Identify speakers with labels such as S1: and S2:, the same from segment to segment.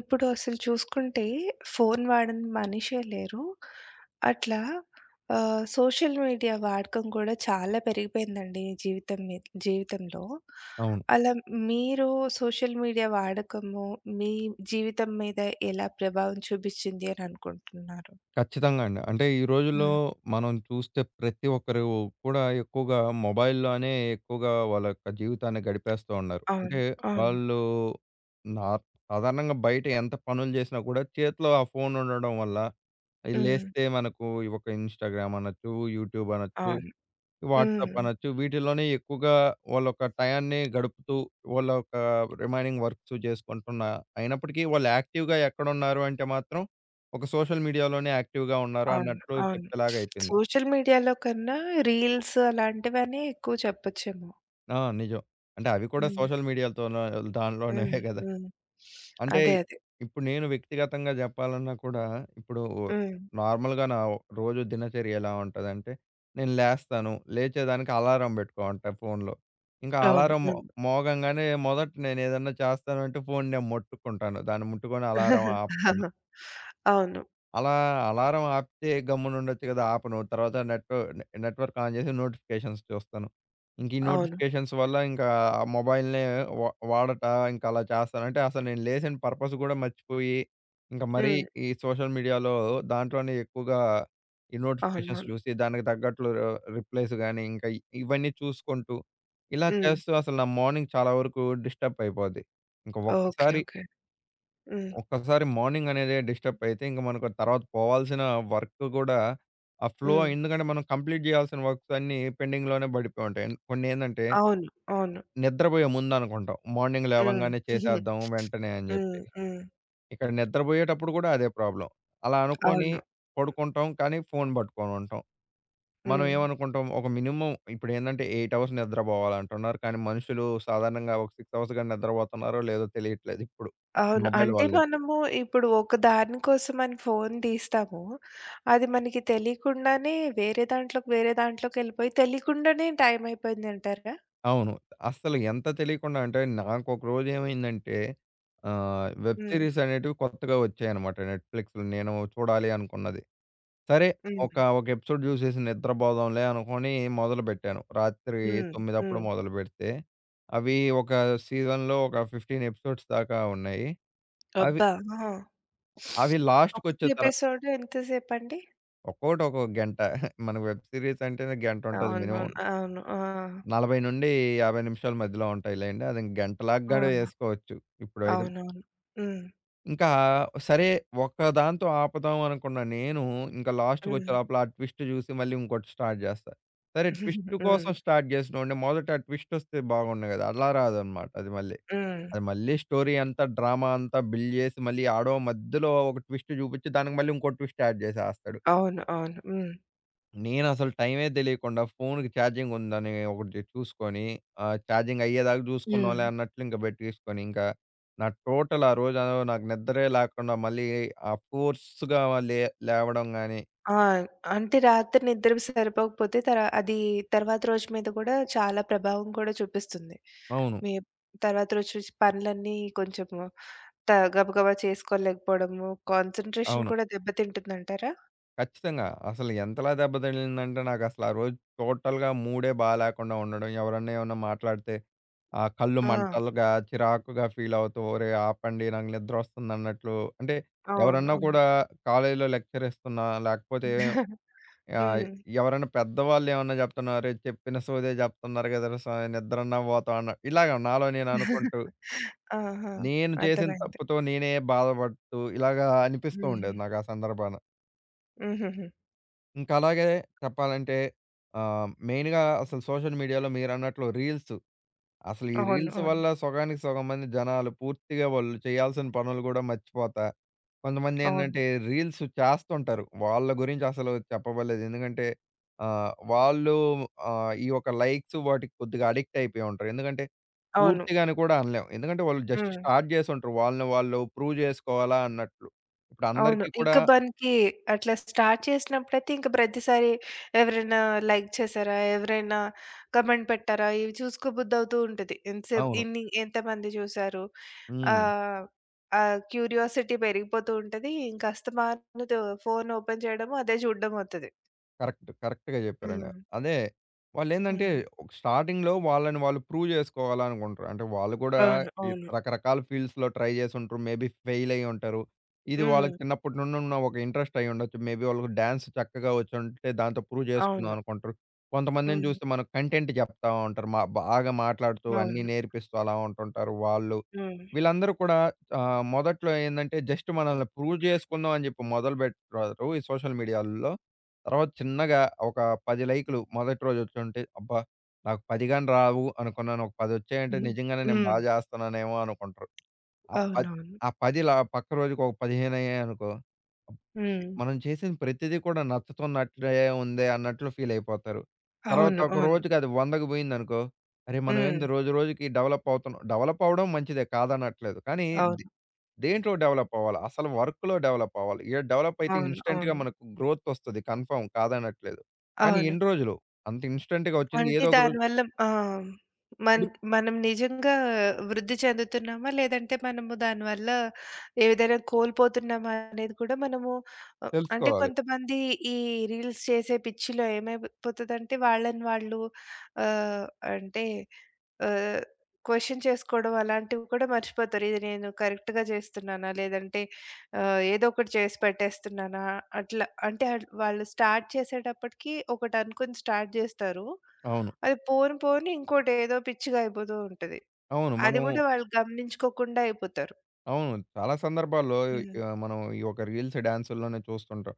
S1: ఇప్పుడు అసలు చూసుకుంటే ఫోన్ వాడని మనిషే లేరు. అట్లా సోషల్ మీడియా వాడకం కూడా చాలా పెరిగిపోయిందండి ఈ జీవితం మీ జీవితంలో.
S2: అవును.
S1: అలా మీరు సోషల్ మీడియా వాడకము మీ జీవితం మీద ఎలా ప్రభావం చూపిచ్చింది అని అనుకుంటున్నారు?
S2: ఖచ్చితంగా అండి. అంటే ఈ రోజుల్లో
S1: హ్మ్.
S2: మనం చూస్తే ప్రతి ఒక్కరు కూడా ఎక్కువగా మొబైల్‌లోనే ఎక్కువగా వాళ్ళ యొక్క జీవితాన్ని గడిపేస్తూ ఉన్నారు.
S1: అవును.
S2: అంటే
S1: అవును.
S2: వాళ్ళు నా సాధారణంగా బయట ఎంత పనులు చేసినా కూడా చేతిలో ఆ ఫోన్ ఉండడం వల్ల, అది
S1: హ్మ్.
S2: లేస్తే మనకు ఒక ఇన్‌స్టాగ్రామ్ అనొచ్చు, యూట్యూబ్ అనొచ్చు,
S1: అవును.
S2: వాట్సాప్
S1: హ్మ్.
S2: అనొచ్చు. వీటిలోనే ఎక్కువగా వాళ్ళొక టయాన్ని గడుపుతూ, వాళ్ళ యొక్క రిమైనింగ్ వర్క్స్ చేసుకుంటున్న అయినప్పటికీ వాళ్ళు యాక్టివ్‌గా ఎక్కడున్నారు అంటే మాత్రం, ఒక సోషల్ మీడియాలోనే యాక్టివ్‌గా ఉన్నారు
S1: అవును.
S2: అన్నట్లు
S1: అవును.
S2: చెప్పేలాగా అయిపోయింది.
S1: సోషల్ మీడియాలో కన్నా రీల్స్ అలాంటివనే ఎక్కువ చెప్పొచ్చేమో.
S2: ఆ! నిజం. అంటే అవి కూడా
S1: హ్మ్.
S2: సోషల్ మీడియాలతోనో దానిలోనే
S1: హ్మ్.
S2: కదా!
S1: హ్మ్.
S2: అంటే
S1: అదే. అదే.
S2: ఇప్పుడు నేను వ్యక్తిగతంగా జెప్పాలన్నా కూడా, ఇప్పుడు
S1: హ్మ్.
S2: నార్మల్‌గా నా రోజు దినచర్య ఎలా ఉంటదంటే, నేను లేస్తాను. లేచేదానికి అలారం బెట్టుకోమంటా ఫోన్‌లో. ఇంకా
S1: అవును.
S2: అలారం
S1: అవును.
S2: మోగంగానే మొదట నేనేదన్నా చేస్తాను అంటే ఫోన్ నేను ముట్టుకుంటాను. దాన్ని ముట్టుకొని అలారం ఆపుతాను.
S1: అవును.
S2: అలా అలారం ఆపితే గమ్మునుండొచ్చు కదా! ఆపను. తర్వాత నెట్‌వర్క్ ఆన్ చేసి నోటిఫికేషన్స్ చూస్తాను. ఇంక ఈ
S1: అవును.
S2: నోటిఫికేషన్స్ వల్ల ఇంకా ఆ మొబైల్‌నే వా వాడట ఇంకా అలా చేస్తాను. అంటే అసలు నేను లేసిన పర్పస్ కూడా మర్చిపోయి, ఇంకా మరీ
S1: హ్మ్.
S2: ఈ సోషల్ మీడియాలో దాంట్లోనే ఎక్కువగా ఈ నోటిఫికేషన్స్
S1: అవునవును.
S2: చూసి దానికి తగ్గట్లు రిప్లైస్ గాని, ఇంకా ఇవన్నీ చూసుకుంటూ ఇలా
S1: హ్మ్.
S2: చేస్తూ అసలు నా మార్నింగ్ చాలా వరకు డిస్టర్బ్ అయిపోద్ది. ఇంక
S1: ఓకే.
S2: ఒక్కసారి
S1: ఓకే. హ్మ్.
S2: ఒక్కసారి మార్నింగ్ అనేది డిస్టర్బ్ అయితే ఇంక మనకు తర్వాత పోవాల్సిన వర్క్ గూడా ఆ ఫ్లో
S1: హ్మ్.
S2: ఎందుకంటే మనం కంప్లీట్ జేయాల్సిన వర్క్స్ అన్నీ పెండింగ్‌లోనే పడిపోయి ఉంటాయి. కొన్ని ఏందంటే
S1: అవును. అవును.
S2: నిద్రబోయే ముందు అనుకుంటాం. మార్నింగ్ లేవంగానే
S1: హ్మ్.
S2: చేసేద్దాం వెంటనే అని జెప్పి.
S1: హ్మ్. హ్మ్.
S2: ఇక్కడ నిద్రబోయేటప్పుడు గూడా అదే ప్రాబ్లమ్. అలా అనుకోని
S1: అవును.
S2: పడుకుంటాం. కానీ ఫోన్ పట్టుకొని ఉంటాం. మనం
S1: హ్మ్.
S2: ఏమనుకుంటాం ఒక మినిమమ్ ఇప్పుడేందంటే 8 అవర్స్ నిద్రబోవాలంటున్నారు. కానీ మనుషులు సాధారణంగా ఒక 6 అవర్స్ గాని నిద్రబోతున్నారో లేదో తెలియట్లేదు ఇప్పుడు.
S1: అవును.
S2: మొబైల్
S1: అంటే
S2: వల్లే.
S1: మనము ఇప్పుడు ఒక దాని కోసమని ఫోను తీస్తాము. అది మనకి తెలియకుండానే వేరే దాంట్లోకెళ్ళిపోయి తెలియకుండానే టైం అయిపోయిందంటారా?
S2: అవును. అస్సలు ఎంత తెలియకుండా అంటే నాకొక రోజు ఏమైందంటే, వెబ్
S1: హ్మ్.
S2: సీరీస్ అనేటివి కొత్తగా వచ్చాయన్నమాట నెట్‌ఫ్లిక్స్‌లో నేను చూడాలి అనుకున్నది. సరే, ఒక,
S1: హ్మ్.
S2: ఒక ఎపిసోడ్ చూసేసి నిద్రపోదాంలే అనుకోని మొదలుపెట్టాను. రాత్రి
S1: హ్మ్.
S2: 9 అప్పుడు
S1: హ్మ్.
S2: మొదలుపెడితే అవి ఒక సీజన్‌లో ఒక 15 ఎపిసోడ్స్ దాకా ఉన్నాయి. అవి
S1: అబ్బా! ఆ!
S2: అవి
S1: ఒక్కొక్క
S2: లాస్ట్‌కొచ్చే తర
S1: ఎపిసోడ్ ఎంతసేపండి?
S2: ఒక్కోటి ఒక్కొక్క గంట. మనకు వెబ్ సీరీస్ అంటేనే గంట ఉంటది మినిమం.
S1: అవునవును. అవును. ఆ!
S2: 40-50 నిమిషాల మధ్యలో ఉంటాయిలెండి. అది గంటలాగా
S1: ఆ!
S2: గూడా ఏసుకోవచ్చు. ఇప్పుడైతే
S1: అవునవును. హ్మ్.
S2: ఇంకా సరే ఒక్క దాంతో ఆపుదాం అనుకున్న నేను, ఇంకా లాస్ట్‌కొచ్చే
S1: హ్మ్.
S2: లోపల ఆ ట్విస్ట్ జూసి మళ్ళీ ఇంకోటి స్టార్ట్ జేస్తా. సరే ట్విస్ట్
S1: హ్మ్.
S2: కోసం స్టార్ట్ జేసినోడిని మొదట ఆ ట్విస్ట్ వస్తే బాగుండు గదా! అలా రాదన్నమాట అది మళ్ళీ.
S1: హ్మ్.
S2: అది మళ్ళీ స్టోరీ అంతా డ్రామా అంతా బిల్డ్ జేసి మళ్ళీ ఆడో మధ్యలో ఒక ట్విస్ట్ జూపిచ్చి దానికి మళ్ళీ ఇంకో ట్విస్ట్ యాడ్ జేసేస్తాడు.
S1: అవును. అవును. హ్మ్.
S2: నేనసలు టైమే తెలియకుండా ఫోన్‌కి ఛార్జింగ్ ఉందని ఒకటి చూసుకొని, ఛార్జింగ్ అయ్యేదాకా
S1: హ్మ్.
S2: చూసుకుందాంలే అన్నట్లు ఇంక బెట్టేసుకొని, ఇంకా నా టోటల్ ఆ రోజు నాకు నిద్రే లేకుండా మళ్ళీ ఆ ఫోర్స్‌గా లే లేవడం గాని
S1: ఆ! అంటే రాత్రి నిద్ర సరిపోకపోతే అది తర్వాత రోజు మీద కూడా చాలా ప్రభావం కూడా చూపిస్తుంది.
S2: అవును.
S1: మీ తర్వాత రోజు చూసి పనులన్నీ కొంచెము త గబగబా చేసుకోలేకపోవడము, కాన్సంట్రేషన్
S2: అవును.
S1: కూడా దెబ్బతింటుందంటారా?
S2: ఖచ్చితంగా. అసలు ఎంతలా దెబ్బ తగిలిందంటే నాకసల ఆ రోజు టోటల్‌గా మూడే బాలేకుండా ఉండడం. ఎవరన్నా ఏమన్నా మాట్లాడితే కళ్ళు
S1: ఆ!
S2: మంటలుగా, చిరాకుగా ఫీల్ అవుతూ "ఒరేయ్! ఆపండి నాకు నిద్రొస్తుందన్నట్లు" అంటే
S1: అవును.
S2: ఎవరన్నా
S1: అవును.
S2: కూడా కాలేజీలో లెక్చర్ ఇస్తున్నా, లేకపోతే ఆహ్,
S1: హ్మ్.
S2: ఎవరైనా పెద్దవాళ్ళు ఏమన్నా చెప్తున్నా "అరేయ్! చెప్పిన సోదే చెప్తున్నారు కదరా సామి నిద్రన్నా పోతాం" అన్న ఇలాగ నాలో నేను అనుకుంటూ
S1: ఆహా!
S2: నేను చేసిన
S1: అర్థమైంది.
S2: తప్పుతో నేనే బాధపడుతూ ఇలాగా అనిపిస్తూ
S1: హ్మ్.
S2: ఉండేది నాకు ఆ సందర్భాన.
S1: హుహుహు.
S2: ఇంకా అలాగే చెప్పాలంటే మెయిన్‌గా అసలు సోషల్ మీడియాలో మీరన్నట్లు రీల్స్. అసలు ఈ
S1: అవును.
S2: రీల్స్
S1: అవును.
S2: వల్ల సగానికి సగం మంది జనాలు పూర్తిగా వాళ్ళు చేయాల్సిన పనులు గూడా మర్చిపోతా,
S1: అవును.
S2: కొంతమందేందంటే రీల్స్ చేస్తుంటారు. వాళ్ళ గురించి అసలు చెప్పబడలేదు. ఎందుకంటే వాళ్ళు ఈ యొక్క లైక్స్ వాటికి కొద్దిగా అడిక్ట్ అయిపోయి ఉంటారు. ఎందుకంటే
S1: అవును.
S2: పూర్తిగా అని కూడా అనలేం. ఎందుకంటే వాళ్ళు జస్ట్
S1: హ్మ్.
S2: స్టార్ట్ చేసుంటారు. వాళ్ళని వాళ్ళు ప్రూవ్ జేసుకోవాలా అన్నట్లు. ఇప్పుడు
S1: అవును.
S2: అందరికీ కూడా
S1: ఇంక మనకి అట్లా స్టార్ట్ చేసినప్పుడైతే ఇంక ప్రతిసారి ఎవరైనా లైక్ చేసారా? ఎవరైనా కమెంట్ పెట్టారా? ఇవి చూసుకోబుద్దవుతూ ఉంటది. ఎంతసేపు
S2: అవును.
S1: ఇన్ని ఎంతమంది చూసారు?
S2: హ్మ్.
S1: ఆహ్, ఆ క్యూరియాసిటీ పెరిగిపోతూ ఉంటది. ఇంక అస్తమాను ఫోను ఓపెన్ చేయడము, అదే చూడడం అవుతది.
S2: కరెక్ట్. కరెక్ట్‌గా జెప్పారండి.
S1: హ్మ్.
S2: అదే వాళ్ళేందంటే
S1: హ్మ్.
S2: స్టార్టింగ్‌లో వాళ్ళని వాళ్ళు ప్రూవ్ జేసుకోవాలనుకుంటారు. అంటే వాళ్ళు గూడా
S1: అవును.
S2: ఈ
S1: అవును.
S2: రకరకాల ఫీల్డ్స్‌లో ట్రై జేసుంటారు. మేబీ ఫెయిల్ అయ్యి ఉంటారు. ఇది
S1: హ్మ్.
S2: వాళ్ళకి చిన్నప్పటి నుండి ఉన్న ఒక ఇంట్రెస్ట్ అయ్యి ఉండొచ్చు. మేబీ వాళ్ళకి డాన్స్ చక్కగా వచ్చుంటే దాంతో ప్రూవ్ జేసుకుందాం
S1: అవును.
S2: అనుకుంటారు. కొంతమందిని
S1: హ్మ్.
S2: జూస్తే మనకు కంటెంట్ జెప్తా ఉంటారు. మా బాగా మాట్లాడుతూ అన్నీ
S1: అవును.
S2: నేర్పిస్తూ అలా ఉంటుంటారు వాళ్ళు.
S1: హ్మ్.
S2: వీళ్ళందరూ కూడా మొదట్లో ఏందంటే జస్ట్ మనల్ని ప్రూవ్ జేసుకుందాం అని జెప్పి మొదలుబెడతారు ఈ సోషల్ మీడియాల్లో. తర్వాత చిన్నగా ఒక 10 లైకులు మొదటి రోజు వచ్చుంటే, అబ్బా! నాకు 10 గాని రావు అనుకున్నాను. ఒక 10 వచ్చాయంటే
S1: హ్మ్.
S2: నిజంగానే నేను
S1: హ్మ్.
S2: బా చేస్తున్నానేమో అనుకుంటారు. ఆ పద్
S1: అవునవును.
S2: ఆ 10 ఇలా పక్క రోజుకి ఒక 15 అయ్యాయనుకో, అబ్
S1: హ్మ్.
S2: మనం చేసిన ప్రతిది కూడా నచ్చుతున్నట్లే ఉందే అన్నట్లు ఫీల్ అయిపోతారు. తర్వాత
S1: అవును.
S2: ఒక
S1: అవును.
S2: రోజుకి అది 100కి పోయిందనుకో, అరే! మనం
S1: హ్మ్.
S2: ఏంది రోజు రోజుకి డెవలప్ అవుతున్నాం. డెవలప్ అవ్వడం మంచిదే కాదనట్లేదు. కానీ
S1: అవును.
S2: దేంట్లో డెవలప్ అవ్వాలి? అసలు వర్క్‌లో డెవలప్ అవ్వాలి. ఈడ డెవలప్ అయితే
S1: అవును.
S2: ఇన్‌స్టంట్‌గా
S1: అవును.
S2: మనకు గ్రోత్ ఒస్తది కన్ఫర్మ్ కాదనట్లేదు. కానీ
S1: అవును.
S2: ఎన్ని రోజులు? అంత ఇన్‌స్టంట్‌గా ఒచ్చింది
S1: అంటే
S2: ఏదో ఒక రోజు
S1: దానివల్ల ఆ! మన్
S2: అడుగు-
S1: మనం నిజంగా వృద్ధి చెందుతున్నామా? లేదంటే మనము దానివల్ల ఏదైనా కోల్పోతున్నామా అనేది కూడా మనము అంటే
S2: తెలుసుకోవాలి.
S1: కొంతమంది ఈ రీల్స్ చేసే పిచ్చిలో ఏమైపోతదంటే వాళ్ళని వాళ్ళు ఆహ్, అంటే ఆహ్, క్వెషన్ చేసుకోవడం అలాంటివి కూడా మర్చిపోతారు. ఇది నేను కరెక్ట్‌గా చేస్తున్నానా? లేదంటే ఏదో ఒకటి చేసి పెట్టేస్తున్నానా? అట్లా అంటే వాళ్ళు స్టార్ట్ చేసేటప్పటికి ఒకటి అనుకుని స్టార్ట్ చేస్తారు.
S2: అవును.
S1: అది పోను పోను ఇంకోటి ఏదో పిచ్చిగా అయిపోతూ ఉంటది.
S2: అవును.
S1: అది కూడా వాళ్ళు గమనించుకోకుండా అయిపోతారు.
S2: అవును. చాలా సందర్భాల్లో
S1: హ్మ్.
S2: మనం ఈ ఒక రీల్స్, డాన్సుల్లోనే చూస్తుంటాం.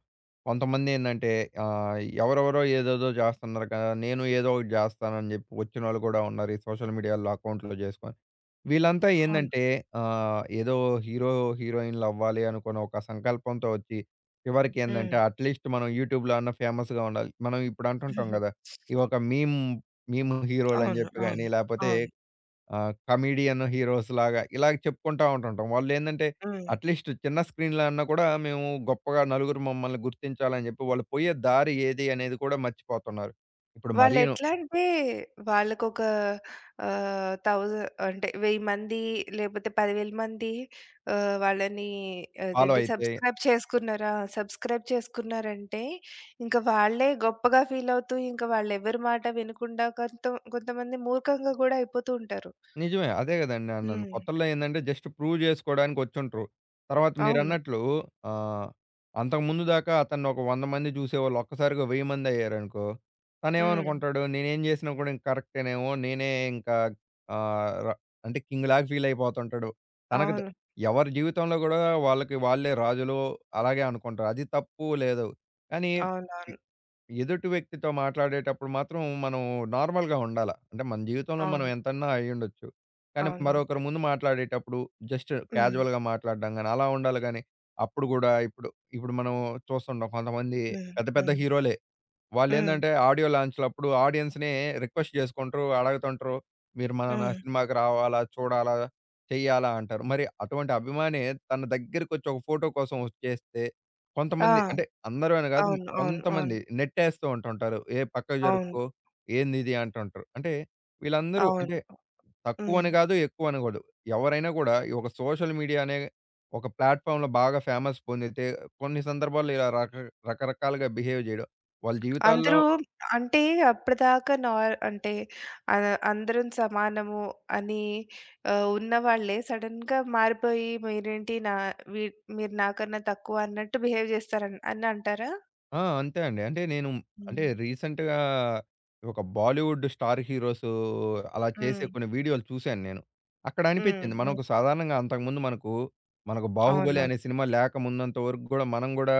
S2: కొంతమందేందంటే ఎవరెవరో ఏదేదో జేస్తన్నారు కదా! నేను ఏదో ఒకటి జేస్తానని జెప్పి వచ్చినోళ్ళు గూడా ఉన్నారు ఈ సోషల్ మీడియాలో అకౌంట్‌లు జేసుకొని. వీళ్ళంతా
S1: అవును.
S2: ఏందంటే ఏదో హీరో, హీరోయిన్‌లు అవ్వాలి అనుకున్న ఒక సంకల్పంతో వచ్చి, చివరికి
S1: హ్మ్.
S2: ఏందంటే అట్‌లీస్ట్ మనం యూట్యూబ్‌లో అన్నా ఫేమస్‌గా ఉండాలి. మనం ఇప్పుడు
S1: హ్మ్.
S2: అంటుంటాం గదా! ఈ ఒక మీమ్, మీమ్ హీరోలని
S1: అవును.
S2: జెప్పి
S1: అవును.
S2: గాని, లేపోతే
S1: అవును.
S2: కమెడియన్ హీరోస్‌లాగా ఇలా చెప్పుకుంటా ఉంటుంటాం. వాళ్ళేందంటే
S1: హ్మ్.
S2: అట్‌లీస్ట్ చిన్న స్క్రీన్‌లో అన్నా కూడా మేము గొప్పగా నలుగురు మమ్మల్ని గుర్తించాలని జెప్పి వాళ్ళు పోయే దారి ఏది అనేది కూడా మర్చిపోతున్నారు. ఇప్పుడు మరీను
S1: వాళ్ళెట్లా అంటే వాళ్ళకొక ఆహ్, థౌస అంటే 1000 మంది లేపోతే 10,000 మంది వాళ్ళని
S2: ఫాలో
S1: అదేంటి
S2: అయితే
S1: సబ్‌స్క్రైబ్ చేసుకున్నారు. ఆ! సబ్‌స్క్రైబ్ చేసుకున్నారంటే ఇంక వాళ్ళే గొప్పగా ఫీల్ అవుతూ ఇంక వాళ్ళెవ్వరి మాట వినకుండా కొంతమంది మూర్ఖంగా గూడా అయిపోతూ ఉంటారు.
S2: నిజమే. అదే గదండీ అన్నాను.
S1: హ్మ్.
S2: కొత్తల్లో ఏందంటే జస్ట్ ప్రూవ్ జేసుకోవడానికి వచ్చుంట్రు. తర్వాత
S1: అవును.
S2: మీరన్నట్లు ఆహ్, అంతకుముందు దాకా అతన్ని ఒక 100 మంది జూసేవాళ్ళు ఒక్కసారిగా 1000 మంది అయ్యారనుకో,
S1: హ్మ్.
S2: తనేమనుకుంటాడు నేనేం జేసినా కూడా ఇంక కరెక్టేనేమో, నేనే ఇంకా ఆహ్, ర అంటే కింగ్‌లాగా ఫీల్ అయిపోతుంటాడు. తనకు ద
S1: అవును.
S2: ఎవరి జీవితంలో గూడా వాళ్ళకి వాళ్ళే రాజులు అలాగే అనుకుంటారు. అది తప్పు లేదు. కానీ
S1: అవునవును.
S2: ఎదుటి వ్యక్తితో మాట్లాడేటప్పుడు మాత్రం మనం నార్మల్‌గా ఉండాల. అంటే మన జీవితంలో మనం
S1: అవును.
S2: ఎంతన్నా అయ్యుండొచ్చు. కానీ
S1: అవునవును.
S2: మరొకరి ముందు మాట్లాడేటప్పుడు జస్ట్
S1: హ్మ్.
S2: క్యాజువల్‌గా మాట్లాడడం గాని అలా ఉండాలి గాని, అప్పుడు గూడా ఇప్పుడు ఇప్పుడు మనం చూస్తుంటాం కొంతమంది
S1: హ్మ్.
S2: పెద్ద పెద్ద
S1: హ్మ్.
S2: హీరోలే
S1: హ్మ్.
S2: వాళ్ళేందంటే ఆడియో లాంచ్‌లప్పుడు ఆడియన్స్‌నే రిక్వెస్ట్ జేసుకుంటారు, అడగతుంటారు. మీరు మన
S1: హ్మ్.
S2: సినిమాకి రావాలా? చూడాలా? చెయ్యాలా? అంటారు. మరి అటువంటి అభిమాని తన దగ్గరికొచ్చి ఒక ఫోటో కోసం వచ్చేస్తే కొంతమంది,
S1: ఆ!
S2: అంటే అందరూ అని గాదు,
S1: అవును. అవును. అవును.
S2: కొంతమంది నెట్టేస్తూ ఉంటుంటారు. "ఏ పక్కకు
S1: అవును.
S2: జరుక్కో, ఏందిది?" అంటుంటారు. అంటే వీళ్ళందరూ
S1: అవును.
S2: అంటే
S1: హ్మ్.
S2: తక్కువని గాదు, ఎక్కువని గాదు. ఎవరైనా గూడా ఈ ఒక సోషల్ మీడియా అనే ఒక ప్లాట్‌ఫార్మ్‌లో బాగా ఫేమస్ పొందితే కొన్ని సందర్భాల్లో ఇలా రకరకాలుగా బిహేవ్ జేయడం వాళ్ళ జీవితాల్లో
S1: అందరూ అంటే అప్పటిదాకా అందరం సమానము అని ఉన్నవాళ్ళే సడెన్‌గా మారిపోయి మీరేంటి నా వీ మీరు నాకన్నా తక్కువ అన్నట్టు బిహేవ్ చేస్తారని అని అంటారా?
S2: ఆ! అంతే అండి. అంటే
S1: హ్మ్.
S2: రీసెంట్‌గా ఒక బాలీవుడ్ స్టార్ హీరోస్ అలా చేసే
S1: హ్మ్.
S2: కొన్ని వీడియోలు చూశాను నేను. అక్కడ
S1: హ్మ్.
S2: అనిపించింది
S1: హ్మ్.
S2: మనకు సాధారణంగా అంతకుముందు మనకు, మనకు 'బాహుబలి'
S1: అవునవును.
S2: అనే సినిమా లేకమున్నంత వరకు గూడా మనం గూడా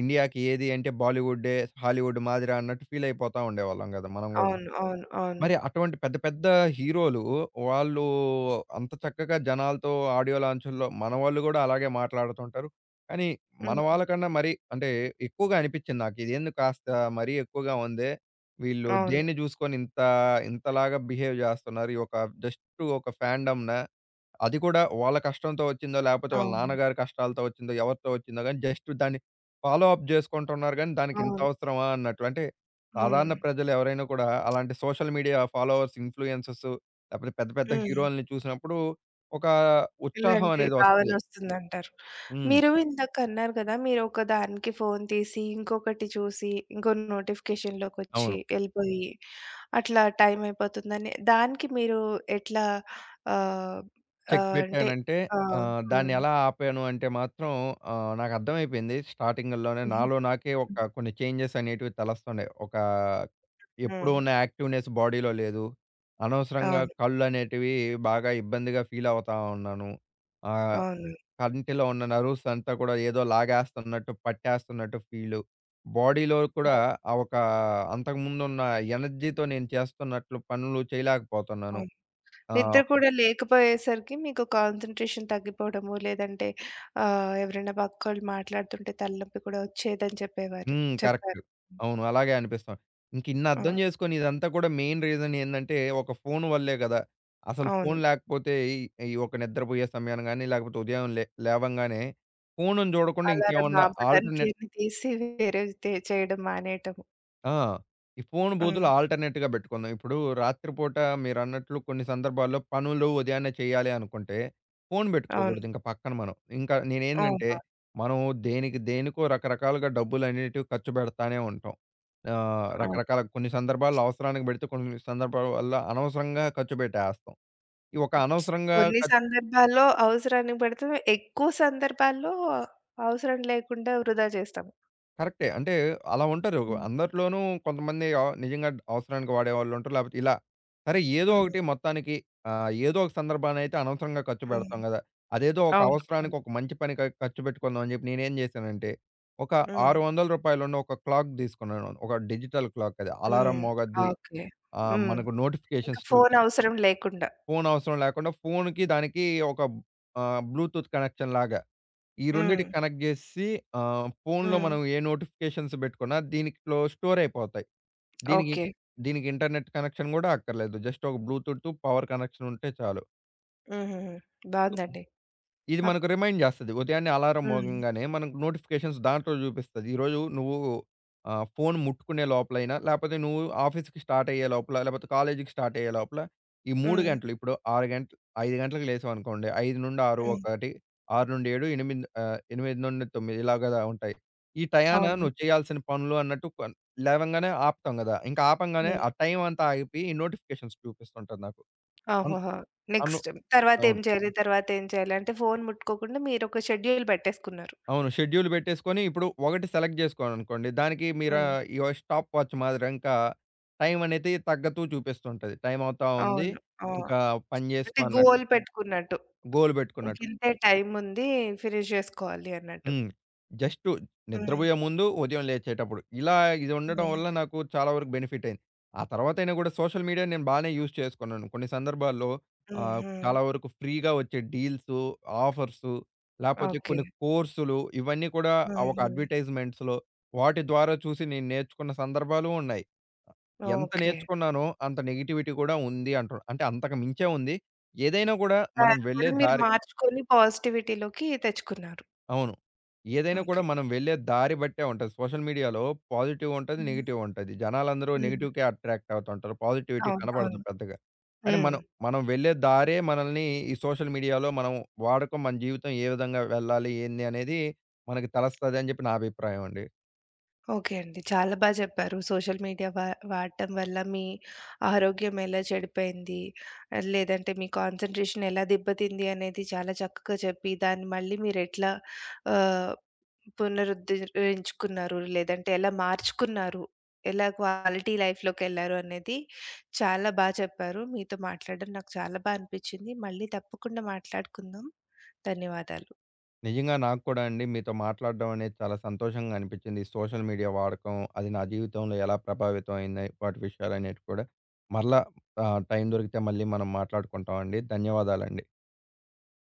S2: ఇండియాకి ఏది అంటే బాలీవుడ్డే, హాలీవుడ్ మాదిరా అన్నట్టు ఫీల్ అయిపోతా ఉండేవాళ్ళం గదా! మనం గూడా.
S1: అవును. అవును. అవును.
S2: మరి అటువంటి పెద్ద పెద్ద హీరోలు వాళ్ళు అంత చక్కగా జనాలతో ఆడియో లాంచుల్లో మన వాళ్ళు గూడా అలాగే మాట్లాడుతుంటారు. కానీ మన
S1: హ్మ్.
S2: వాళ్ళకన్నా మరి అంటే ఎక్కువగా అనిపిచ్చింది నాకు. ఇదేంది కాస్త మరీ ఎక్కువగా ఉందే. వీళ్ళు
S1: అవును.
S2: దేన్ని జూసుకొని ఇంత ఇంతలాగా బిహేవ్ జేస్తున్నారు. ఈ ఒక జస్ట్ ఒక ఫాండమ్‌నా? అది కూడా వాళ్ళ కష్టంతో వచ్చిందో, లేపోతే వాళ్ళ
S1: అవును.
S2: నాన్నగారి కష్టాలతో వచ్చిందో, ఎవరితో వచ్చిందో గాని జస్ట్ దాన్ని ఫాలో అప్ జేసుకుంటున్నారు గానీ, దానికింత
S1: అవును.
S2: అవసరమా అన్నట్లు. అంటే
S1: హ్మ్.
S2: సాధారణ ప్రజలు ఎవరైనా కూడా అలాంటి సోషల్ మీడియా ఫాలోవర్స్, ఇన్‌ఫ్లుయెన్సర్స్ లేపోతే పెద్ద పెద్ద
S1: హ్మ్.
S2: హీరోలని చూసినప్పుడు, ఒక ఉత్సాహం
S1: ఇలాంటి
S2: అనేది వస్తది.
S1: భావనొస్తుందంటారు.
S2: హ్మ్.
S1: మీరు ఇందాక అన్నారు గదా! మీరు ఒక దానికి ఫోను తీసి, ఇంకొకటి చూసి, ఇంకో నోటిఫికేషన్‌లోకొచ్చి
S2: అవును.
S1: ఎళ్ళిపోయి, అట్లా టైం అయిపోతుందని. దానికి మీరు ఎట్లా ఆహ్,
S2: చెక్
S1: ఆహ్, అంటే
S2: బెట్టానంటే
S1: హ్మ్.
S2: దాన్నెలా ఆపాను అంటే మాత్రం, నాకర్థమైపోయింది స్టార్టింగ్‌లోనే నాలో నాకే ఒక కొన్ని చేంజెస్ అనేటివి తలస్తున్నాయి. ఒక ఎప్పుడూ
S1: హ్మ్.
S2: ఉన్న యాక్టివ్‌నెస్ బాడీలో లేదు. అనవసరంగా
S1: అవును.
S2: కళ్ళనేటివి బాగా ఇబ్బందిగా ఫీల్ అవుతా ఉన్నాను. ఆహ్,
S1: అవును.
S2: కంటిలో ఉన్న నర్వ్స్ అంతా కూడా ఏదో లాగేస్తున్నట్టు, పట్టేస్తున్నట్టు ఫీలు. బాడీలో కూడా
S1: అవును.
S2: ఆ ఒక అంతకుముందున్న ఎనర్జీతో నేను చేస్తున్నట్లు పనులు చేయలేకపోతున్నాను.
S1: అవును.
S2: ఆ!
S1: నిద్ర కూడా లేకపోయేసరికి మీకు కాన్సంట్రేషన్ తగ్గిపోవడము, లేదంటే ఎవరైనా పక్కోళ్ళు మాట్లాడుతుంటే తలనొప్పి కూడా వచ్చేదని చెప్పేవారు.
S2: హ్మ్. కరెక్ట్.
S1: చెప్పారు.
S2: అవును. అలాగే అనిపిస్తాం. ఇంకిన్ని
S1: ఆ!
S2: అర్థం చేసుకొని ఇదంతా కూడా మెయిన్ రీజన్ ఏందంటే ఒక ఫోన్ వల్లే గదా! అసలు
S1: అవును.
S2: ఫోన్ లేకపోతే ఈ ఈ ఒక నిద్రపోయే సమయాన గాని, లేకపోతే ఉదయం లేవంగానే ఫోనుని చూడకుండా
S1: అలారం
S2: ఇంకేమన్నా
S1: ఆపడానికి
S2: ఆల్టర్‌నేట్
S1: అన్ని తీసి వేరేవి చేయడం మానేయటము.
S2: ఆ! ఈ ఫోను
S1: హ్మ్.
S2: బదులు ఆల్టర్‌నేట్‌గా బెట్టుకుందాం. ఇప్పుడు రాత్రిపూట మీరన్నట్లు కొన్ని సందర్భాల్లో పనులు ఉదయాన్నే చేయాలి అనుకుంటే, ఫోను
S1: అవును.
S2: బెట్టుకోగూడదు ఇంక పక్కన మనం. ఇంకా నేనేందంటే,
S1: అవును.
S2: మనం దేనికి దేనికో రకరకాలుగా డబ్బులనేటివి ఖర్చు బెడతానే ఉంటాం.
S1: అవును.
S2: రకరకాల కొన్ని సందర్భాల్లో అవసరానికి బెడితే, కొన్ని సందర్భాల వల్ల అనవసరంగా ఖర్చు బెట్టేస్తాం. ఈ ఒక అనవసరంగా
S1: కొన్ని
S2: ఖర్చు
S1: సందర్భాల్లో అవసరానికి పెడతాం. ఎక్కువ సందర్భాల్లో అవసరం లేకుండా వృధా చేస్తాము.
S2: కరెక్టే. అంటే అలా ఉంటారు.
S1: హ్మ్.
S2: అందరిలోనూ కొంతమంది నిజంగా అవసరానికి వాడేవాళ్ళుంటారు. లేపోతే ఇలా. సరే ఏదో
S1: హ్మ్.
S2: ఒకటి మొత్తానికి ఏదో ఒక సందర్భాన్నయితే అనవసరంగా ఖర్చు
S1: హ్మ్.
S2: పెడతాం గదా! అదేదో ఒక
S1: అవును.
S2: అవసరానికి
S1: అవును.
S2: ఒక మంచి పనికి ఖర్చు పెట్టుకుందాం అని జెప్పి నేనేం జేశానంటే, ఒక రూ.
S1: హ్మ్.
S2: 600 ఉన్న ఒక క్లాక్ తీసుకున్నాను. ఒక డిజిటల్ క్లాక్ అది. అలారం
S1: హ్మ్.
S2: మోగద్ది.
S1: ఓకే. హ్మ్.
S2: మనకు
S1: ఇంక
S2: నోటిఫికేషన్స్
S1: ఫోను
S2: చూపిస్తది.
S1: అవసరం లేకుండా.
S2: ఫోను అవసరం లేకుండా ఫోనుకి దానికి ఒక బ్లూటూత్ కనెక్షన్ లాగా. ఈ
S1: హ్మ్.
S2: రెండిటికి కనెక్ట్ జేసి ఫోన్‌లో
S1: హ్మ్.
S2: మనం ఏ నోటిఫికేషన్స్ బెట్టుకున్నా దీనిట్లో స్టోర్ అయిపోతాయి. దీనికి
S1: ఓకే.
S2: దీనికి ఇంటర్నెట్ కనెక్షన్ గూడా అక్కర్లేదు. జస్ట్ ఒక బ్లూటూత్ పవర్ కనెక్షన్ ఉంటే చాలు.
S1: హుహుహు. బావుందండి.
S2: ఇది
S1: అప్
S2: మనకు రిమైండ్ జేస్తది. ఉదయాన్నే అలారం
S1: హ్మ్.
S2: మోగంగానే మనకు నోటిఫికేషన్స్ దాంట్లో జూపిస్తది. ఈరోజు నువ్వు ఫోను ముట్టుకునే లోపలైనా, లేపోతే నువ్వు ఆఫీస్‌కి స్టార్ట్ అయ్యే లోపల, లేపోతే కాలేజీకి స్టార్ట్ అయ్యే లోపల ఈ 3
S1: హ్మ్.
S2: గంటలు ఇప్పుడు 6 గంటలు, 5 గంటలకు లేసామనుకోండి. 5-6
S1: హ్మ్.
S2: ఒకటి, 6-7, 8 8-9, ఇలాగ ఉంటాయి. ఈ టయాన
S1: అవును.
S2: నువ్వు చేయాల్సిన పనులు అన్నట్టు లేవంగానే ఆపుతాం గదా! ఇంకా ఆపంగానే
S1: హ్మ్.
S2: ఆ టైం అంతా ఆగిపోయి ఈ నోటిఫికేషన్స్ చూపిస్తుంటది నాకు. అన్
S1: ఆహాహా!
S2: అను
S1: నెక్స్ట్ తర్వాతేం
S2: అవును.
S1: చేయాలి? తర్వాతేం చేయాలి? అంటే ఫోను ముట్టుకోకుండా మీరొక షెడ్యూల్ పెట్టేసుకున్నారు.
S2: అవును. షెడ్యూల్ బెట్టేసుకొని ఇప్పుడు ఒకటి సెలెక్ట్ జేసుకోవాలనుకోండి. దానికి మీరా
S1: హ్మ్.
S2: ఈ స్టాప్ వాచ్ మాదిరి ఇంకా టైం అనేది తగ్గుతూ చూపిస్తుంటది. టైం అవుతా ఉంది.
S1: అవును. ఆ!
S2: ఇంకా పని
S1: అంటే
S2: జేసుకో అన్నట్లు.
S1: గోల్ పెట్టుకున్నట్టు.
S2: గోల్ బెట్టుకున్నట్లు.
S1: ఇంకింతే టైముంది ఫినిష్ జేసుకోవాలి అన్నట్టు.
S2: హ్మ్. జస్టు
S1: హ్మ్.
S2: నిద్రబోయే ముందు, ఉదయం లేచేటప్పుడు ఇలా ఇది ఉండడం
S1: హ్మ్.
S2: వల్ల నాకు చాలా వరకు బెనిఫిట్ అయింది. ఆ తర్వాతైనా గూడా సోషల్ మీడియా నేను బానే యూజ్ చేసుకున్నాను. కొన్ని సందర్భాల్లో
S1: హ్మ్. హ్మ్.
S2: చాలా వరకు ఫ్రీగా వచ్చే డీల్సు, ఆఫర్సు లేపోతే
S1: ఓకే.
S2: కొన్ని కోర్సులు ఇవన్నీ కూడా
S1: హ్మ్.
S2: ఆ ఒక
S1: హ్మ్.
S2: అడ్వర్‌టైజ్‌మెంట్స్‌లో వాటి ద్వారా చూసి నేను నేర్చుకున్న సందర్భాలు ఉన్నాయి. ఎంత
S1: ఓకే.
S2: నేర్చుకున్నానో అంత నెగటివిటీ కూడా ఉంది అంటున్నా. అంటే అంతకు మించే ఉంది. ఏదైనా కూడా మనం
S1: దాన్ని
S2: వెళ్ళే
S1: కూడా మీరు
S2: దారి
S1: మార్చుకొని పాజిటివిటీలోకి తెచ్చుకున్నారు.
S2: అవును. ఏదైనా
S1: ఓకే.
S2: కూడా మనం వెళ్ళే దారి బట్టే ఉంటది. సోషల్ మీడియాలో పాజిటివ్ ఉంటది,
S1: హ్మ్.
S2: నెగెటివ్ ఉంటది. జనాలందరూ
S1: హ్మ్.
S2: నెగెటివ్‌కే అట్రాక్ట్ అవుతుంటారు. పాజిటివిటీ
S1: అవును.
S2: కనపడదు
S1: అవును.
S2: పెద్దగా. కానీ
S1: హ్మ్.
S2: మనం మనం వెళ్ళే దారే మనల్ని ఈ సోషల్ మీడియాలో మనం వాడకం మన జీవితం ఏ విధంగా వెళ్ళాలి, ఏంది అనేది మనకు తెలుస్తది అని చెప్పి నా అభిప్రాయం అండి.
S1: ఓకే అండి. చాలా బా చెప్పారు. సోషల్ మీడియా వాడటం వల్ల మీ ఆరోగ్యం ఎలా చెడిపోయింది, ఆ, లేదంటే మీ కాన్సంట్రేషన్ ఎలా దెబ్బతింది అనేది చాలా చక్కగా చెప్పి, దాన్ని మళ్ళీ మీరెట్లా ఆహ్, పునరుద్ధరించుకున్నారు, లేదంటే ఎలా మార్చుకున్నారు, ఎలా క్వాలిటీ లైఫ్‌లోకెళ్లారు అనేది చాలా బా చెప్పారు. మీతో మాట్లాడడం నాకు చాలా బా అనిపిచ్చింది. మళ్ళీ తప్పకుండా మాట్లాడుకుందాం. ధన్యవాదాలు.
S2: నిజంగా నాకు కూడా అండి మీతో మాట్లాడడం అనేది చాలా సంతోషంగా అనిపించింది. ఈ సోషల్ మీడియా వాడకం, అది నా జీవితంలో ఎలా ప్రభావితం అయింది, వాటి విషయాలనేటివి కూడా. మరలా టైం దొరికితే మళ్ళీ మనం మాట్లాడుకుంటామండి. ధన్యవాదాలండి.